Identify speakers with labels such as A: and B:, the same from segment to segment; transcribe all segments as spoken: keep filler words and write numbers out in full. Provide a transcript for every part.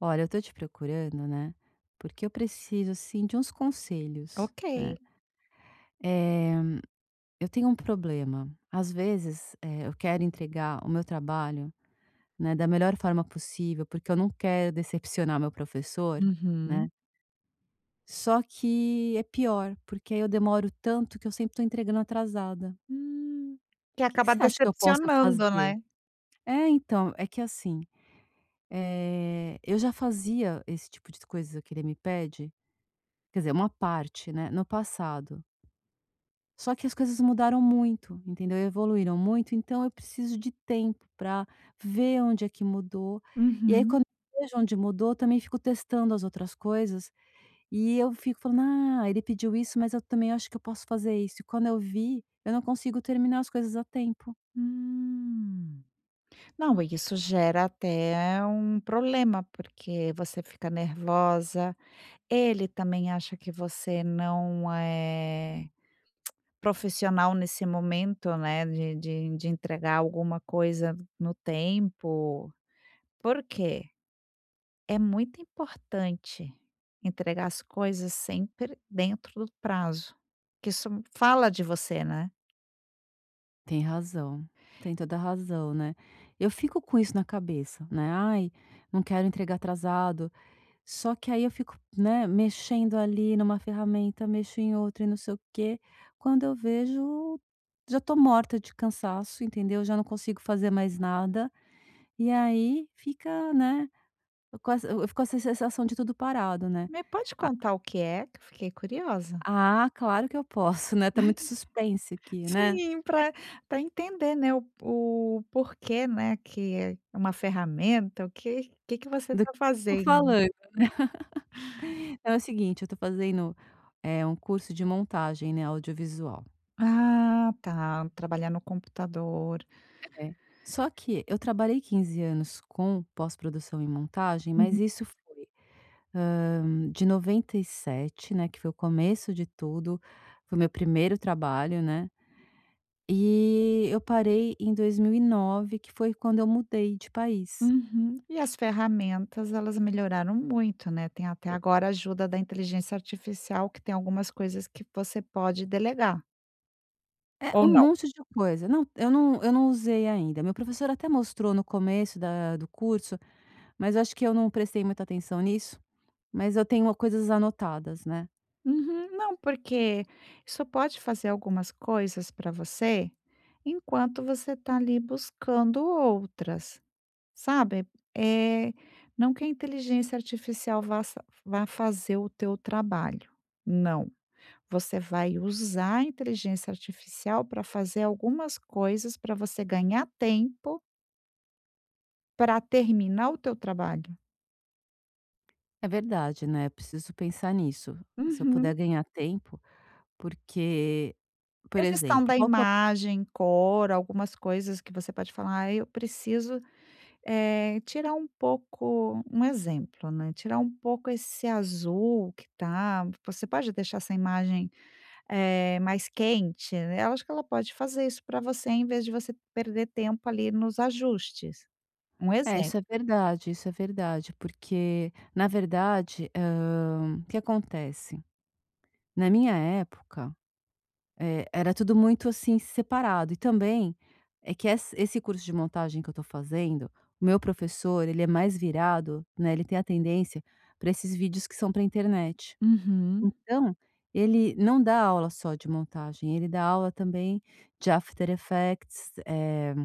A: Olha, eu tô te procurando, né? Porque eu preciso, assim, de uns conselhos,
B: Ok.
A: né? Eh, eu tenho um problema. Às vezes, eh, eu quero entregar o meu trabalho, né, da melhor forma possível, porque eu não quero decepcionar meu professor, né?
B: Uhum.
A: Só que é pior, porque aí eu demoro tanto que eu sempre tô entregando atrasada.
B: Hum.
A: O
B: Que
A: que que
B: acaba
A: você acha que eu posso
B: decepcionando, né.
A: fazer? É, então, é que assim, eh, eu já fazia esse tipo de coisa que ele me pede. Quer dizer, uma parte, né, no passado. Só que as coisas mudaram muito, entendeu? Evoluíram muito, então eu preciso de tempo para ver onde é que mudou. E aí
B: Uhum.
A: quando eu vejo onde mudou, eu também fico testando as outras coisas, e eu fico falando: "Ah, ele pediu isso, mas eu também acho que eu posso fazer isso". E quando eu vi, eu não consigo terminar as coisas a tempo.
B: Hum. Não, e isso gera até um problema, porque você fica nervosa, ele também acha que você não é profissional nesse momento, né, de de de entregar alguma coisa no tempo. Por quê? É muito importante entregar as coisas sempre dentro do prazo, que isso fala de você, né.
A: Tem razão, tem toda razão, né. Eu fico com isso na cabeça, né: "Ai, não quero entregar atrasado". Só que aí eu fico, né, mexendo ali numa ferramenta, mexo em outra e não sei o quê. Quando eu vejo, já tô morta de cansaço, entendeu? Já não consigo fazer mais nada. E aí fica, né, Eu com essa eu fico com essa sensação de tudo parado, né.
B: Me pode
A: "A
B: contar o que é, que eu fiquei curiosa?
A: ah, claro que eu posso", né, tá muito suspense aqui, né,
B: Sim, para pra entender, né, o o porquê, né, que é uma ferramenta, o que que que você
A: do que
B: tá
A: eu tô
B: fazendo?
A: falando. É o seguinte, eu tô fazendo, eh, um curso de montagem, né, audiovisual.
B: Ah, tá, trabalhar no computador.
A: É. Só que eu trabalhei quinze anos com pós-produção e montagem, mas
B: Uhum.
A: isso fo hã, de noventa e sete, né, que foi o começo de tudo, foi meu primeiro trabalho, né, e eu parei em dois mil e nove, que foi quando eu mudei de país.
B: Uhum. E as ferramentas, elas melhoraram muito, né, tem até
A: É
B: agora a ajuda da inteligência artificial que tem algumas coisas que você pode delegar.
A: é
B: Ou
A: um
B: não?
A: monte de coisa. Não, eu não eu não usei ainda. Meu professor até mostrou no começo da do curso, mas eu acho que eu não prestei muita atenção nisso, mas eu tenho coisas anotadas, né.
B: Uhum. Não, porque isso pode fazer algumas coisas para você, enquanto você está ali buscando outras, sabe. é não que a inteligência artificial vá sa vá fazer o teu trabalho, não. Você vai usar a inteligência artificial para fazer algumas coisas para você ganhar tempo para terminar o teu trabalho.
A: É verdade, né, preciso pensar nisso. Se eu puder
B: Uhum.
A: ganhar tempo, porque, por
B: Edição
A: exemplo,
B: da
A: qual que é o
B: imagem, cor, algumas coisas que você pode falar: "Ah, eu preciso, eh, tirar um pouco", um exemplo, né, "tirar um pouco esse azul que tá, você pode deixar essa imagem, eh, mais quente?", né? Eu acho que ela pode fazer isso para você, em vez de você perder tempo ali nos ajustes. Um
A: é,
B: exemplo.
A: isso é verdade, isso é verdade, porque, na verdade, hã, o que acontece, na minha época, eh, era tudo muito, assim, separado e também é que ess esse curso de montagem que eu tô fazendo, o meu professor, ele é mais virado, né, ele tem a tendência para esses vídeos que são para internet.
B: Uhum,
A: Então, ele não dá aula só de montagem, ele dá aula também de After Effects, eh,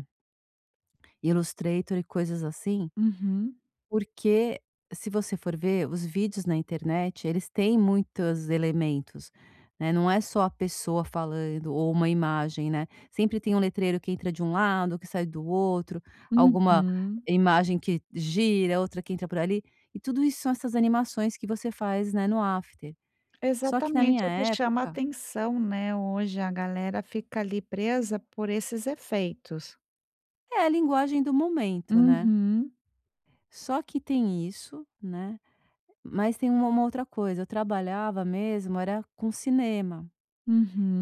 A: Illustrator e coisas assim,
B: uhum,
A: porque se você for ver os vídeos na internet, eles têm muitos elementos, né, não é só a pessoa falando ou uma imagem, né, sempre tem um letreiro que entra de um lado, que sai do outro, alguma
B: uhum.
A: imagem que gira, outra que entra por ali, e tudo isso são essas animações que você faz, né, no After. Só que na minha
B: Exatamente, o que chama a
A: época
B: atenção, né, hoje a galera fica ali presa por esses efeitos.
A: é a linguagem do momento, né.
B: Uhum,
A: Só que tem isso, né, mas tem uma uma outra coisa, eu trabalhava mesmo era com cinema,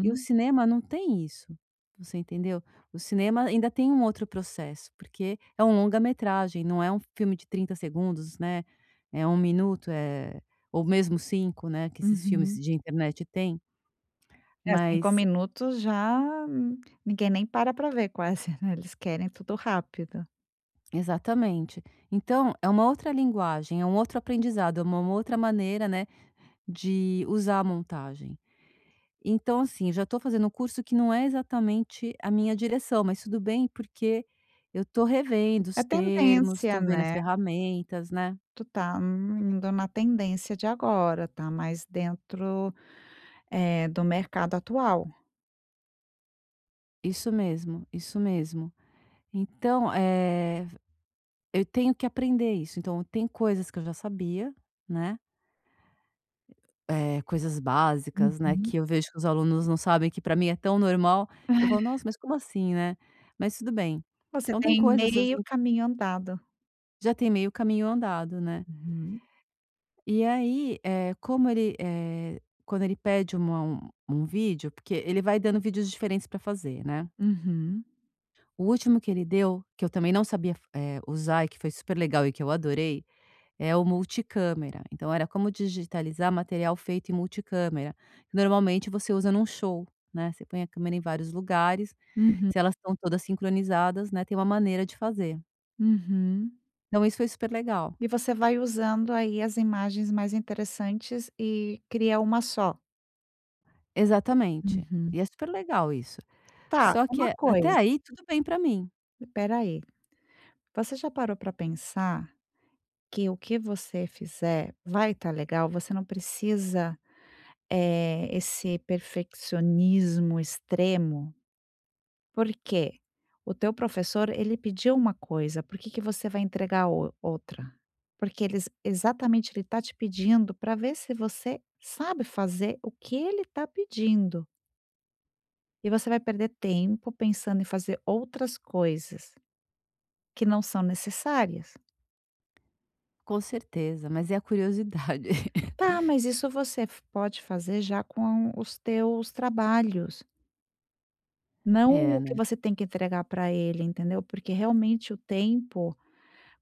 A: e o cinema não tem isso, você entendeu? O cinema ainda tem um outro processo, porque é um longa-metragem, não é um filme de trinta segundos, né, é um minuto, é ou mesmo cinco, né, que esses filmes
B: uhum.
A: de internet têm,
B: É, cinco
A: mas
B: minutos já, hum, ninguém nem para para ver quase, né, eles querem tudo rápido.
A: exatamente. Então é uma outra linguagem, é um outro aprendizado, é uma outra maneira, né, de usar a montagem. Então, assim, já estou fazendo um curso que não é exatamente a minha direção, mas tudo bem, porque eu estou revendo
B: É
A: os termos,
B: tendência,
A: estou vendo as
B: né,
A: ferramentas, né.
B: tu tá, hum, indo na tendência de agora, tá mais dentro, eh, do mercado atual.
A: Isso mesmo, isso mesmo. Então, eh, eu tenho que aprender isso. Então, tem coisas que eu já sabia, né, eh, coisas básicas, né,
B: Uhum.
A: que eu vejo que os alunos não sabem, que para mim é tão normal, que eu falo: "Nossa, mas como assim, né?". Mas tudo bem.
B: Você
A: Então tem
B: tem
A: coisas,
B: meio
A: assim,
B: caminho andado.
A: já tem meio caminho andado, né.
B: Uhum.
A: E aí, eh, como ele, eh, quando ele pede uma um um vídeo porque ele vai dando vídeos diferentes para fazer, né.
B: Uhum,
A: O último que ele deu, que eu também não sabia eh, usar e que foi super legal e que eu adorei, é o multicâmera. Então era como digitalizar material feito em multicâmera, que normalmente você usa num show, né, você põe a câmera em vários lugares,
B: uhum,
A: se elas estão todas sincronizadas, né, tem uma maneira de fazer.
B: uhum.
A: Então isso foi super legal.
B: E você vai usando aí as imagens mais interessantes e cria uma só.
A: Exatamente.
B: Uhum.
A: E é super legal isso.
B: Tá,
A: Só que,
B: uma
A: eh, até
B: coisa,
A: aí tudo bem para mim.
B: espera aí, você já parou para pensar que o que você fizer vai estar legal? Você não precisa, eh, esse perfeccionismo extremo? Porque o teu professor, ele pediu uma coisa, por que que você vai entregar o outra? Porque eles, exatamente, ele tá te pedindo para ver se você sabe fazer o que ele tá pedindo. E você vai perder tempo pensando em fazer outras coisas que não são necessárias.
A: Com certeza, mas é a curiosidade.
B: Tá, mas isso você f pode fazer já com os teus trabalhos, não
A: É,
B: o que
A: né,
B: você tem que entregar para ele, entendeu? Porque realmente o tempo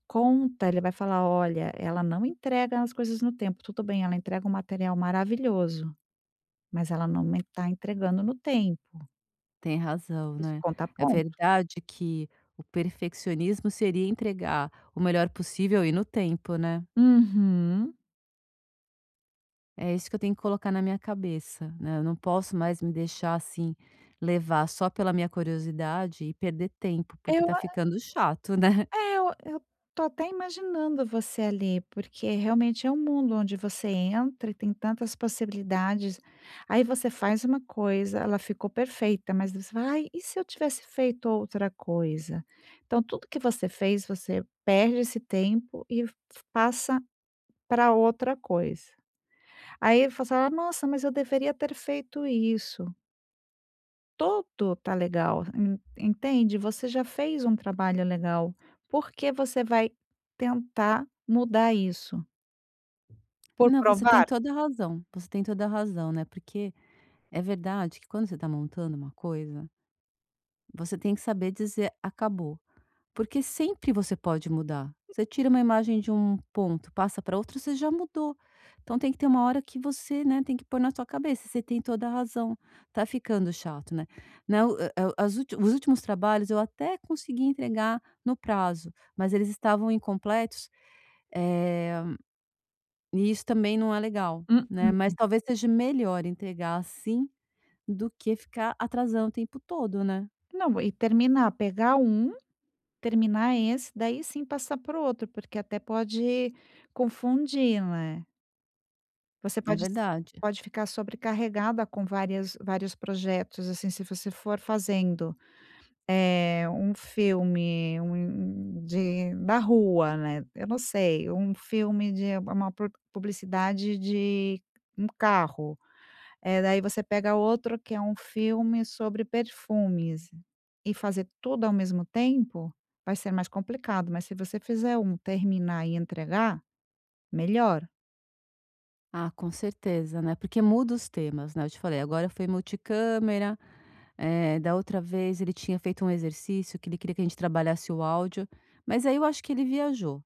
B: conta, ele vai falar: "Olha, ela não entrega as coisas no tempo. Tudo bem, ela entrega um material maravilhoso, mas ela não está entregando no tempo".
A: tem razão,
B: Isso
A: né.
B: conta
A: É
B: ponto.
A: verdade que o perfeccionismo seria entregar o melhor possível e no tempo, né.
B: Uhum.
A: É isso que eu tenho que colocar na minha cabeça, né, eu não posso mais me deixar, assim, levar só pela minha curiosidade e perder tempo, porque
B: Eu
A: tá ficando chato, né.
B: é, eu eu tô até imaginando você ali, porque realmente é um mundo onde você entra e tem tantas possibilidades. Aí você faz uma coisa, ela ficou perfeita, mas você fala: "Ai, e se eu tivesse feito outra coisa?". Então tudo que você fez, você perde esse tempo e f passa para outra coisa. Aí ele falou assim: "Ah, nossa, mas eu deveria ter feito isso". Tudo tá legal, en entende? Você já fez um trabalho legal, por que você vai tentar mudar isso? Por
A: Não, você tem
B: provar?
A: toda a razão, você tem toda a razão, né, porque é verdade que quando você tá montando uma coisa, você tem que saber dizer: "Acabou". Porque sempre você pode mudar. Você tira uma imagem de um ponto, passa para outro, você já mudou. Então tem que ter uma hora que você, né, tem que pôr na sua cabeça, você tem toda a razão, tá ficando chato, né. Né, o eh, eh, as ulti os últimos trabalhos eu até consegui entregar no prazo, mas eles estavam incompletos, eh, e isso também não é legal, né, mas
B: Mm-mm.
A: talvez seja melhor entregar assim, do que ficar atrasando o tempo todo, né.
B: Não, e terminar, pegar um, terminar esse, daí sim passar para o outro, porque até pode confundir, né. Você
A: É
B: pode s
A: verdade.
B: Pode ficar sobrecarregada com várias vários projetos, assim, se você for fazendo. Eh, um filme, um de da rua, né, eu não sei, um filme de uma pro publicidade de um carro, eh, daí você pega outro que é um filme sobre perfumes, e fazer tudo ao mesmo tempo, vai ser mais complicado, mas se você fizer um, terminar e entregar, melhor.
A: Ah, com certeza, né, porque muda os temas, né, eu te falei, agora foi multicâmera, eh, da outra vez ele tinha feito um exercício que ele queria que a gente trabalhasse o áudio, mas aí eu acho que ele viajou,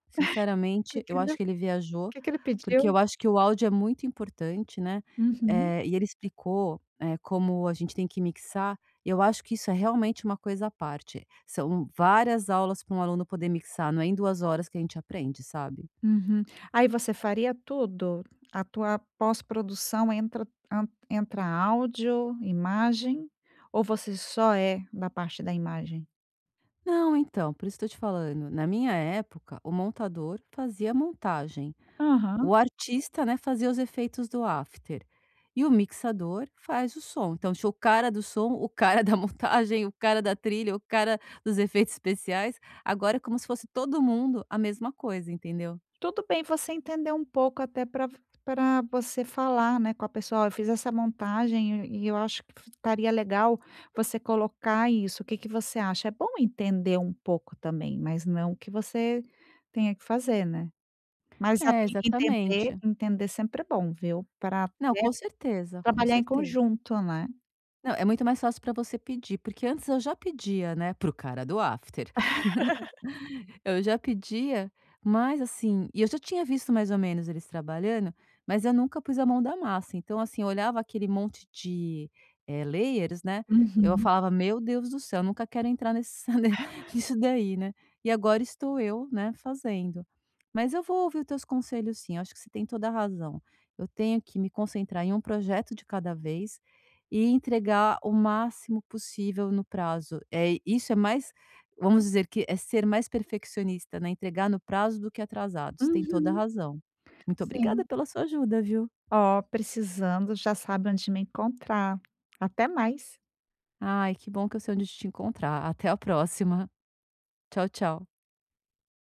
B: O Que
A: sinceramente,
B: que
A: eu
B: ele
A: acho
B: o
A: que ele viajou,
B: que que ele pediu?
A: porque eu acho que o áudio é muito importante, né,
B: Uhum.
A: eh, e ele explicou, eh, como a gente tem que mixar, e eu acho que isso é realmente uma coisa à parte, são várias aulas para um aluno poder mixar, não é em duas horas que a gente aprende, sabe?
B: Uhum. Aí você faria tudo? A tua pós-produção entra an entra áudio, imagem, ou você só é da parte da imagem?
A: Não, então, por isso estou te falando, na minha época, o montador fazia a montagem,
B: Aham.
A: o artista, né, fazia os efeitos do after, e o mixador faz o som. Então tinha o cara do som, o cara da montagem, o cara da trilha, o cara dos efeitos especiais, agora é como se fosse todo mundo a mesma coisa, entendeu?
B: Tudo bem você entender um pouco até para para você falar, né, com a pessoa: "Ó, eu fiz essa montagem e e eu acho que estaria legal você colocar isso, o que que você acha?". É bom entender um pouco também, mas não que você tenha que fazer, né. Mas a
A: É,
B: Entender,
A: exatamente.
B: entender sempre é bom, viu. Para
A: Não, com certeza, com
B: trabalhar em
A: certeza.
B: conjunto, né.
A: Não, é muito mais fácil para você pedir, porque antes eu já pedia, né, pro cara do after. Eu já pedia, mas assim e eu já tinha visto mais ou menos eles trabalhando, mas eu nunca pus a mão da massa. Então, assim, eu olhava aquele monte de, eh, layers, né, eu
B: Uhum,
A: falava: "Meu Deus do céu, eu nunca quero entrar nesse ne nisso daí, né". E agora estou eu, né, fazendo. Mas eu vou ouvir os teus conselhos sim. Eu acho que você tem toda a razão. Eu tenho que me concentrar em um projeto de cada vez e entregar o máximo possível no prazo. É isso é mais vamos dizer que é ser mais perfeccionista, né, entregar no prazo do que atrasados, tem toda a
B: uhum.
A: razão. Muito obrigada
B: Sim.
A: pela sua ajuda, viu.
B: Ó, precisando já sabe onde me encontrar. Até mais.
A: Ai, que bom que eu sei onde te encontrar. Até a próxima. Tchau, tchau.